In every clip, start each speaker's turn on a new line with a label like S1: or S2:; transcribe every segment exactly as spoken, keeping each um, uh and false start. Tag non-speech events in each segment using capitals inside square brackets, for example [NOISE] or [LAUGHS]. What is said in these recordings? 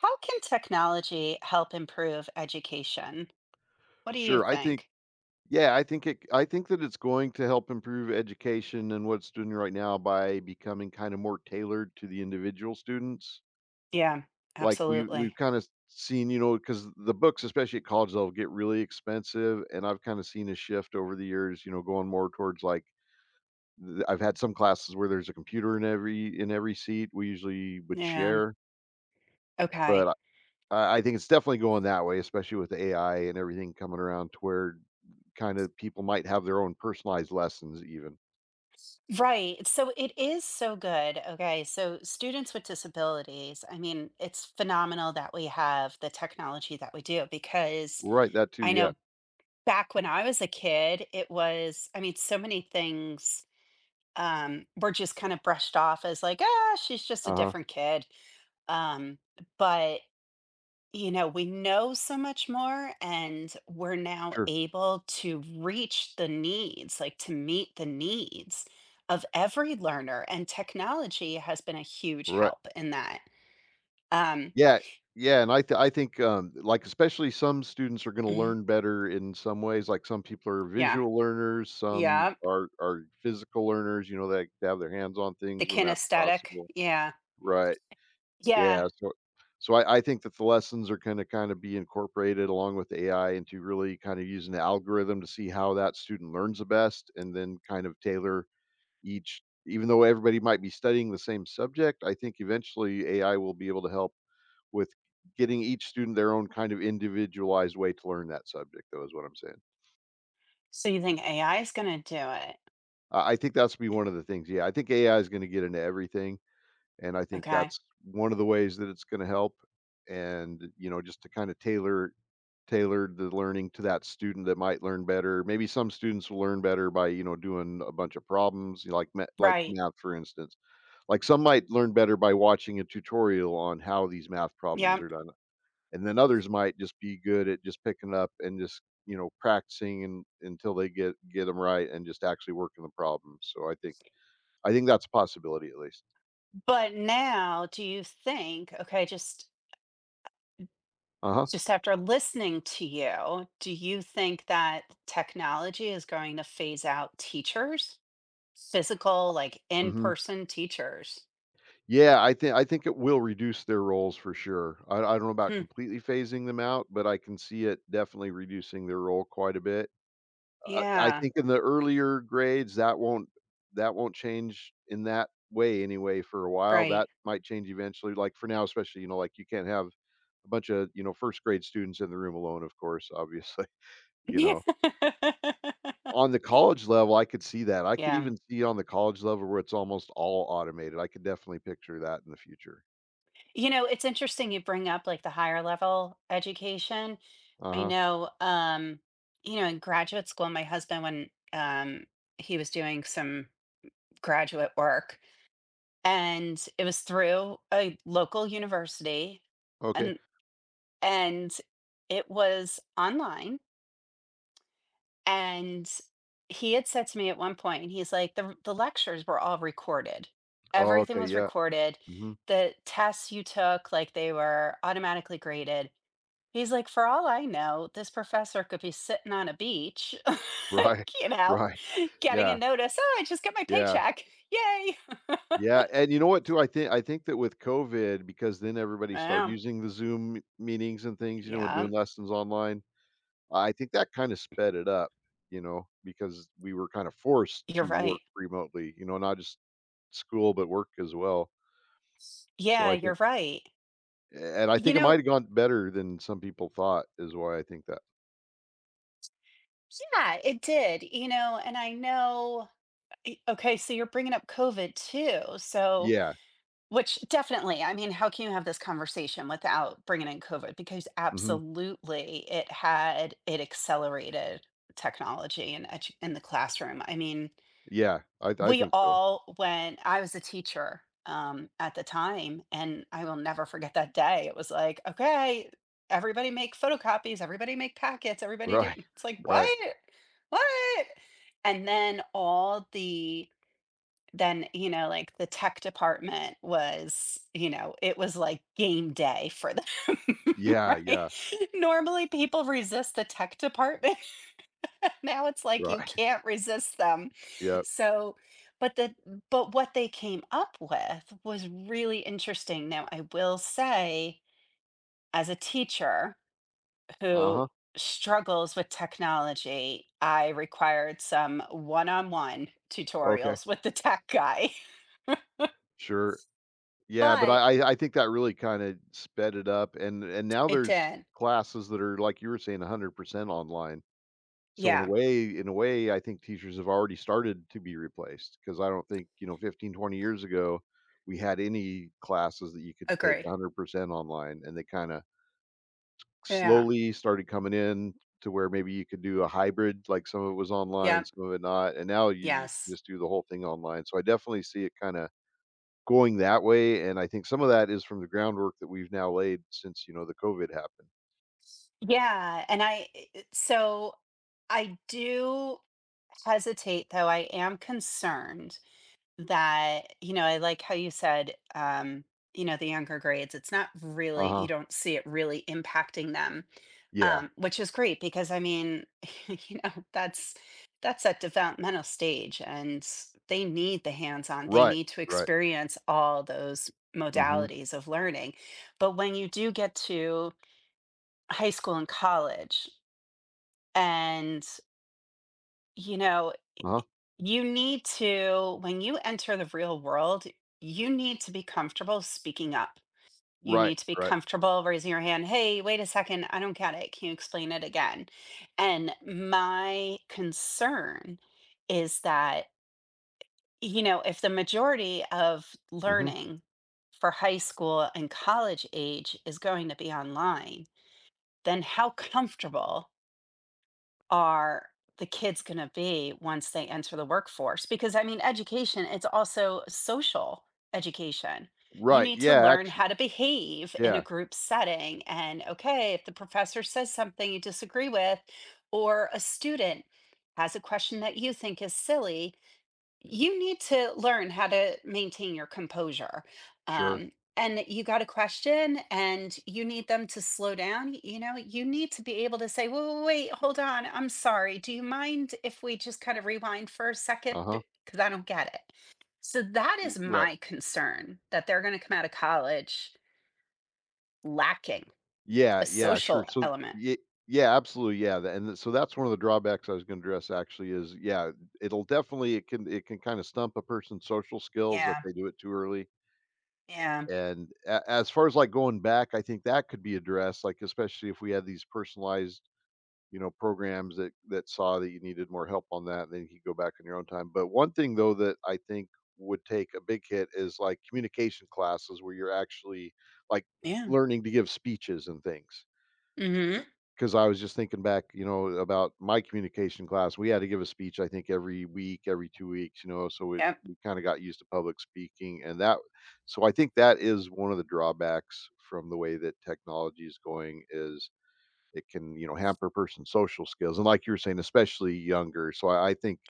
S1: How can technology help improve education? What do you
S2: Sure, I think
S1: think?
S2: yeah, I think it I think that it's going to help improve education and what it's doing right now by becoming kind of more tailored to the individual students.
S1: Yeah,
S2: Like we we've
S1: absolutely.
S2: kind of seen, you know, because the books, especially at college level, get really expensive, and I've kind of seen a shift over the years, you know, going more towards like th- I've had some classes where there's a computer in every in every seat. We usually would
S1: Yeah.
S2: share,
S1: Okay.
S2: but I, I think it's definitely going that way, especially with the A I and everything coming around to where kind of people might have their own personalized lessons even.
S1: Right. So it is so good. Okay. So students with disabilities, I mean, it's phenomenal that we have the technology that we do because
S2: Right, that too,
S1: I
S2: yeah.
S1: know back when I was a kid, it was, I mean, so many things um, were just kind of brushed off as like, ah, she's just a
S2: Uh-huh,
S1: different kid. Um, but you know, we know so much more and we're now
S2: sure.
S1: able to reach the needs, like to meet the needs of every learner. And technology has been a huge
S2: Right.
S1: help in that. Um,
S2: Yeah, yeah, and I th I think, um, like, especially some students are gonna
S1: mhm,
S2: learn better in some ways. Like, some people are
S1: Yeah,
S2: visual learners, some
S1: yeah,
S2: are are physical learners, you know, they they have their hands on
S1: the
S2: things when that's
S1: kinesthetic.
S2: possible.
S1: Yeah,
S2: Right,
S1: yeah.
S2: yeah, so so I I think that the lessons are gonna kinda be incorporated along with A I into really kind of using the algorithm to see how that student learns the best and then kind of tailor each Even though everybody might be studying the same subject, I think eventually A I will be able to help with getting each student their own kind of individualized way to learn that subject, though, is what I'm saying.
S1: So you think A I is going to do it?
S2: I I think that's be one of the things. Yeah, I think A I is going to get into everything, and I think
S1: Okay,
S2: that's one of the ways that it's going to help. And you know, just to kind of tailor tailor the learning to that student that might learn better. Maybe some students will learn better by you know doing a bunch of problems, you know, like ma- like
S1: right.
S2: math, for instance. Like, some might learn better by watching a tutorial on how these math problems
S1: Yeah.
S2: are done, and then others might just be good at just picking up and just, you know, practicing and until they get get them right and just actually working the problem. So I think I think that's a possibility at least.
S1: But now, do you think, okay, just
S2: Uh-huh.
S1: Just after listening to you, do you think that technology is going to phase out teachers? Physical, like
S2: Mhm.
S1: in-person teachers?
S2: Yeah, I think I think it will reduce their roles for sure. I I don't know about
S1: Hmm,
S2: completely phasing them out, but I can see it definitely reducing their role quite a bit. Uh, I
S1: yeah,
S2: think in the earlier grades, that won't that won't change in that way anyway for a while.
S1: right.
S2: That
S1: [LAUGHS]
S2: might change eventually. Like for now, especially, you know, like you can't have a bunch of, you know, first grade students in the room alone, of course, obviously, [LAUGHS] you
S1: Yeah.
S2: know. On the college level, I could see that. I could
S1: Yeah.
S2: even see on the college level where it's almost all automated. I could definitely picture that in the future.
S1: You know, it's interesting you bring up, like, the higher level education. I
S2: Uh-huh.
S1: know, um, you know, in graduate school, my husband, when, um, he was doing some graduate work, and it was through a local university
S2: Okay.
S1: and and it was online, and he had said to me at one point, he's like, the the lectures were all recorded,
S2: Oh,
S1: everything
S2: okay.
S1: was
S2: Yeah.
S1: recorded,
S2: Mhm.
S1: the tests you took, like they were automatically graded. He's like, for all I know, this professor could be sitting on a beach [LAUGHS] like
S2: Right.
S1: you
S2: [LAUGHS]
S1: know
S2: Right.
S1: getting a
S2: Yeah.
S1: notice, oh, I just got my
S2: Yeah.
S1: paycheck, yay. [LAUGHS]
S2: Yeah, and you know what too? I think I think that with COVID, because then everybody started
S1: Yeah,
S2: using the Zoom meetings and things, you know, and
S1: yeah,
S2: doing lessons online. I think that kind of sped it up, you know, because we were kind of forced
S1: you're
S2: to
S1: right.
S2: work remotely, you know, not just school but work as well. So
S1: Yeah,
S2: I think,
S1: you're right.
S2: and I
S1: You
S2: think it might
S1: know,
S2: have gone better than some people thought, is why I think that.
S1: yeah, it did, you know, and I know, i- okay, so you're bringing up COVID too. So,
S2: Yeah,
S1: which definitely, I mean, how can you have this conversation without bringing in COVID? Because
S2: hmm,
S1: absolutely, it had it accelerated technology and edu- in the classroom. I mean,
S2: yeah, I I
S1: we
S2: think so.
S1: all went. I was a teacher um at the time, and I will never forget that day. It was like, okay, everybody make photocopies, everybody make packets, everybody do,
S2: Right,
S1: it's like
S2: [LAUGHS]
S1: what,
S2: right.
S1: what? And then all the then, you know like the tech department was, you know it was like game day for them. [LAUGHS]
S2: Yeah,
S1: Right.
S2: yeah,
S1: Normally people resist the tech department, now it's like you
S2: right.
S1: can't resist them.
S2: [LAUGHS] Yep.
S1: So, but the but what they came up with was really interesting. Now, I will say, as a teacher
S2: Uh
S1: who
S2: huh.
S1: struggles with technology, I required some one-on-one
S2: Okay.
S1: tutorials with the tech guy. [LAUGHS]
S2: Sure. Yeah, but
S1: But
S2: I I I think that really kinda sped it up, and and now
S1: it
S2: there's
S1: did.
S2: classes that are, like you were saying, one hundred percent online. So in a
S1: Yeah,
S2: way in a way, I think teachers have already started to be replaced because I don't think, you know, fifteen, twenty years ago, we had any classes that you could take
S1: agree.
S2: one hundred percent online, and they kinda
S1: Yeah.
S2: slowly started coming in to where maybe you could do a hybrid, like some of it was online,
S1: Yep.
S2: some of it not, and now you
S1: Yes.
S2: just do the whole thing online. So I definitely see it kinda going that way, and I think some of that is from the groundwork that we've now laid since, you know, the COVID happened.
S1: Yeah, and I eh, so I do hesitate, though I am concerned that, you know, I like how you said, um, you know, the younger grades, it's not really, you
S2: Uh-huh.
S1: don't see it really impacting them,
S2: Yeah.
S1: um, which is great because I mean, [LAUGHS] you know, that's that's that developmental stage, and they need the hands-on, they
S2: Right,
S1: need to
S2: right.
S1: experience all those
S2: Mhm.
S1: modalities of learning. But when you do get to high school and college and you know
S2: Uh-huh.
S1: you need to, when you enter the real world, you need to be comfortable speaking up. You
S2: Right,
S1: need to be
S2: right.
S1: comfortable raising your hand. Hey, wait a second. I don't get it. Can you explain it again? And my concern is that, you know, if the majority of
S2: Mhm.
S1: learning for high school and college age is going to be online, then how comfortable are the kids going to be once they enter the workforce? Because I mean, education, it's also social education. You
S2: Right,
S1: need to
S2: yeah,
S1: learn
S2: actually
S1: how to behave in a
S2: yeah,
S1: group setting. And okay, if the professor says something you disagree with, or a student has a question that you think is silly, you need to learn how to maintain your composure.
S2: sure.
S1: Um, and you got a question and you need them to slow down. You know, you need to be able to say, "Whoa, whoa, wait, hold on. I'm sorry. Do you mind if we just kind of rewind for a second?
S2: Uh-huh.
S1: Because I don't get it." So that is
S2: Right.
S1: my concern, that they're going to come out of college lacking
S2: Yeah,
S1: a
S2: yeah, sure.
S1: social
S2: So
S1: element.
S2: yeah. Yeah, absolutely, yeah, tha and so that's one of the drawbacks I was gonna address actually is, yeah, it'll definitely it can it can kinda stump a person's social skills if
S1: Yeah.
S2: they do it too early.
S1: Yeah.
S2: And a as far as, like, going back, I think that could be addressed, like, especially if we had these personalized, you know, programs that that saw that you needed more help on that, and then you could go back on your own time. But one thing, though, that I think would take a big hit is, like, communication classes where you're actually, like,
S1: Yeah.
S2: learning to give speeches and things.
S1: Mm-hmm.
S2: 'Cause I was just thinking back, you know, about my communication class. We had to give a speech, I think, every week, every 2 weeks, you know, so we
S1: Yep.
S2: we kinda got used to public speaking. And that So I think that is one of the drawbacks from the way that technology is going is it can, you know, hamper a person's social skills, and like you were saying, especially younger, so I I think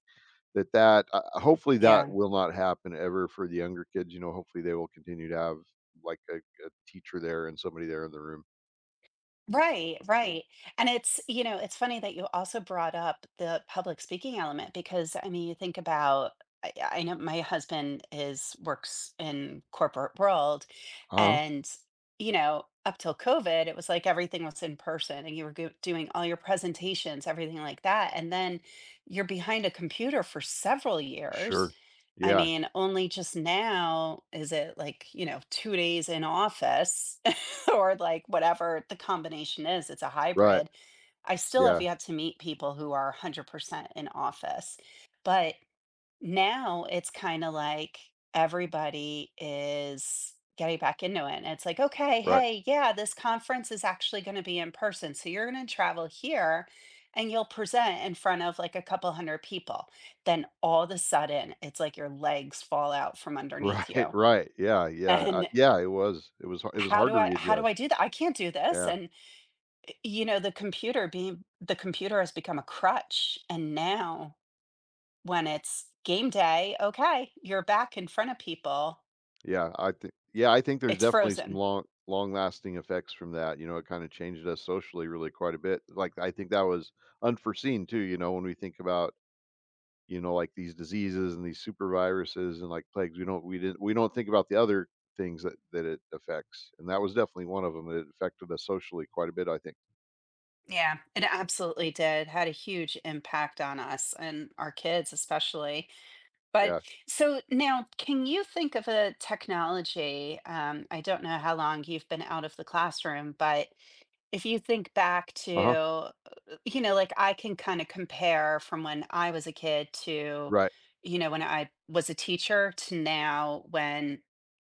S2: that that uh, hopefully, that
S1: Yeah.
S2: will not happen ever for the younger kids, you know, hopefully, they will continue to have, like, a a teacher there and somebody there in the room.
S1: Right, right. And it's, you know, it's funny that you also brought up the public speaking element because I mean, you think about. I, I know, my husband is works in corporate world,
S2: Uh-huh.
S1: and you know, up till COVID, it was like everything was in person and you were go- doing all your presentations, everything like that. And then you're behind a computer for several years.
S2: Sure.
S1: I
S2: Yeah.
S1: mean, only just now is it like, you know, two days in office, [LAUGHS] or like whatever the combination is, it's a
S2: Right.
S1: hybrid. I still have
S2: Yeah.
S1: yet to meet people who are one hundred percent in office. But now it's kind of like everybody is getting back into it. And it's like, okay,
S2: Right. [LAUGHS]
S1: hey, yeah, this conference is actually going to be in person. So you're going to travel here and you'll present in front of like a couple hundred people. Then all of a sudden, it's like your legs fall out from underneath
S2: Right.
S1: you.
S2: Right. Yeah. Yeah. I
S1: And
S2: yeah. It was. It was. It was
S1: how
S2: hard
S1: do
S2: to
S1: I how do
S2: readjust.
S1: I do that? I can't do this.
S2: Yeah.
S1: And you know, the computer being the computer has become a crutch, and now when it's game day, okay, you're back in front of people.
S2: Yeah. I think. Yeah. I think there's
S1: It's
S2: definitely some
S1: frozen.
S2: long, long-lasting effects from that. You know, it kind of changed us socially really quite a bit. Like I think that was unforeseen too. You know, when we think about you know like these diseases and these super viruses and like plagues, we don't we didn't we don't think about the other things that that it affects. And that was definitely one of them. It affected us socially quite a bit. I think.
S1: Yeah, it absolutely did. Had a huge impact on us and our kids especially. But
S2: Yeah.
S1: so now, can you think of a technology? Um, I don't know how long you've been out of the classroom, but If you think back to,
S2: Uh huh.
S1: uh, you know, like, I can kinda compare from when I was a kid to,
S2: Right.
S1: you know, when I was a teacher to now, when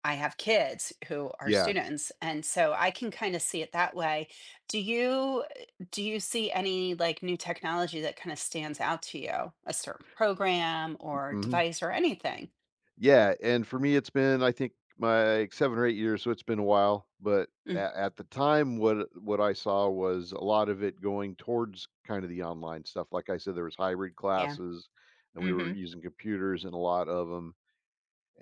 S1: I have kids who are
S2: Yeah.
S1: students, and so I can kinda see it that way. Do you do you see any, like, new technology that kinda stands out to you? A certain program or
S2: Mhm.
S1: device or anything?
S2: Yeah, and for me, it's been, I think, my, like, seven or eight years, so it's been a while, but
S1: Mm,
S2: at at the time, what what I saw was a lot of it going towards kinda the online stuff, like I said, there was hybrid
S1: yeah.
S2: classes, and we were
S1: Mhm.
S2: using computers in a lot of them.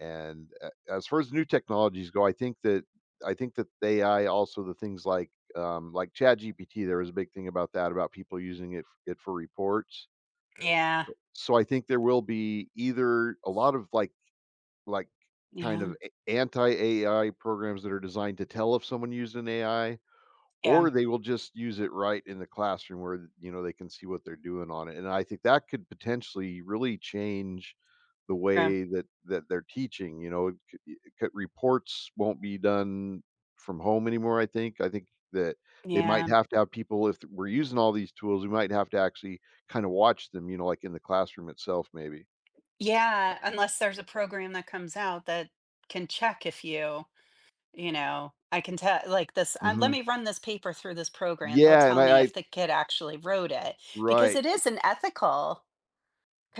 S2: And a as far as new technologies go, I think that I think that A I also the things like, um, like chat G P T, there was a big thing about that, about people using it f it for reports.
S1: Yeah.
S2: So I think there will be either a lot of, like, like kind
S1: Yeah.
S2: of anti-A I programs that are designed to tell if someone used an A I,
S1: Yeah.
S2: or they will just use it right in the classroom where you know they can see what they're doing on it. And I think that could potentially really change the
S1: True.
S2: way that that they're teaching. You know, c- c- reports won't be done from home anymore. I think. I think that they might
S1: Yeah.
S2: have to have people if we're using all these tools we might have to actually kind of watch them, you know, like in the classroom itself maybe.
S1: Yeah, unless there's a program that comes out that can check if you, you know, I can tell like this, uh, let
S2: Hmm,
S1: me run this paper through this program. They'll
S2: yeah. and
S1: tell me
S2: I I
S1: if the kid actually wrote it, because
S2: Right.
S1: it is an ethical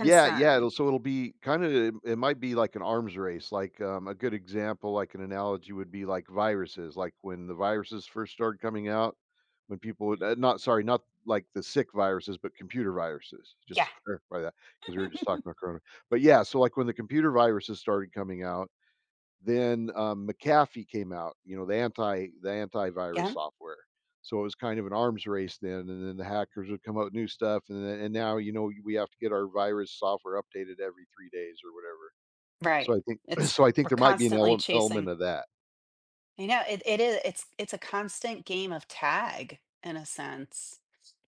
S2: Yeah, yeah, it'll so it'll be kinda it it might be like an arms race, like, um, a good example, like an analogy would be like viruses, like when the viruses first started coming out, when people would
S1: Mhm.
S2: uh, not, sorry, not like the sick viruses, but computer viruses, just
S1: Yeah.
S2: to clarify that, because we were just talking
S1: [LAUGHS]
S2: about corona. But yeah, so like when the computer viruses started coming out, then, um, McAfee came out, you know, the anti the antivirus
S1: Yeah,
S2: software. So it was kind of an arms race then, and then the hackers would come out with new stuff, and then and now, you know, we have to get our virus software updated every three days or whatever.
S1: right.
S2: So I think [CLEARS THROAT]
S1: It's
S2: so I think
S1: We're
S2: there might be an
S1: constantly
S2: ele element
S1: chasing.
S2: of that.
S1: You know, it, it is it's it's a constant game of tag in a sense.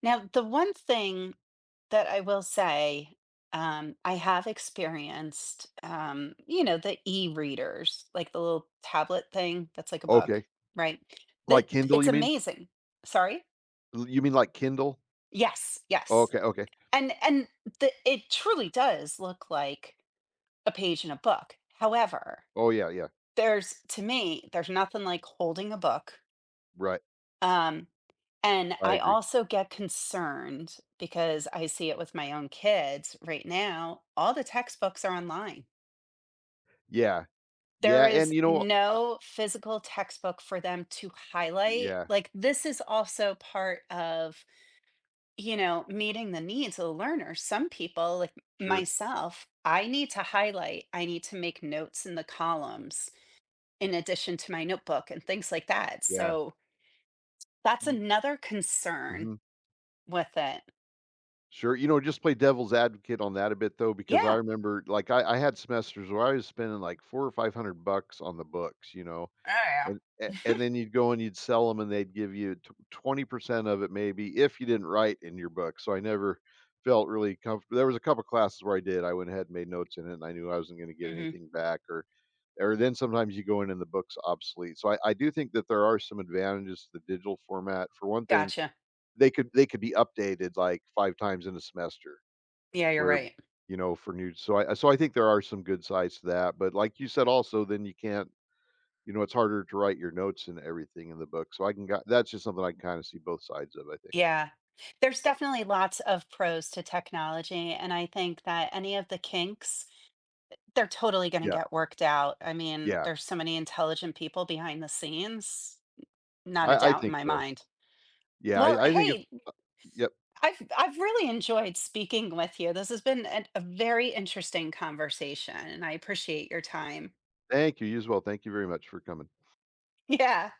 S1: Now, the one thing that I will say, um, I have experienced, um, you know, the e-readers, like the little tablet thing that's like a book,
S2: Okay.
S1: right?
S2: Like
S1: That
S2: Kindle,
S1: it's
S2: you mean?
S1: amazing. Sorry?
S2: L You mean like Kindle?
S1: Yes, yes.
S2: Okay, okay.
S1: And and the, it truly does look like a page in a book. However,
S2: Oh, yeah, yeah.
S1: there's to me, there's nothing like holding a book.
S2: Right.
S1: Um, and
S2: I
S1: I
S2: agree.
S1: also get concerned because I see it with my own kids right now. All the textbooks are online.
S2: Yeah.
S1: There
S2: Yeah. and
S1: is
S2: you know, uh
S1: no physical textbook for them to highlight.
S2: Yeah.
S1: Like, this is also part of, you know, meeting the needs of the learner. Some people, like
S2: Sure.
S1: myself, I need to highlight, I need to make notes in the columns in addition to my notebook and things like that.
S2: Yeah.
S1: So that's
S2: Ye
S1: another concern
S2: Mhm.
S1: with it.
S2: Sure, you know, just play devil's advocate on that a bit though, because I
S1: Yeah.
S2: remember, like, I I had semesters where I was spending like four or five hundred bucks on the books, you know,
S1: Oh, yeah.
S2: and a and
S1: [LAUGHS]
S2: then you'd go and you'd sell sell them, and they'd give you twenty percent of it maybe if you didn't write in your book, so I never felt really comfortable. There was a couple classes where I did, I went ahead and made notes in it and I knew I wasn't gonna get
S1: Mhm.
S2: anything back or or then sometimes you go in and the book's obsolete, so I I do think that there are some advantages to the digital format. For one thing,
S1: Gotcha.
S2: they could they could be updated like five times in a semester.
S1: Yeah, you're
S2: Where,
S1: right.
S2: you know, for new so I so I think there are some good sides to that, but like you said also, then you can't you know, it's harder to write your notes and everything in the book, so I can got that's just something I can kinda see both sides of, I think.
S1: Yeah. There's definitely lots of pros to technology, and I think that any of the kinks, they're totally gonna
S2: Yeah,
S1: get worked out. I mean,
S2: yeah.
S1: there's so many intelligent people behind the scenes. Not a
S2: I I
S1: doubt in
S2: think
S1: my
S2: so.
S1: mind.
S2: Yeah,
S1: Well,
S2: I I think it's
S1: hey,
S2: yep.
S1: I've I've really enjoyed speaking with you. This has been an a very interesting conversation, and I appreciate your time.
S2: Thank you, you as well. Thank you very much for coming.
S1: Yeah.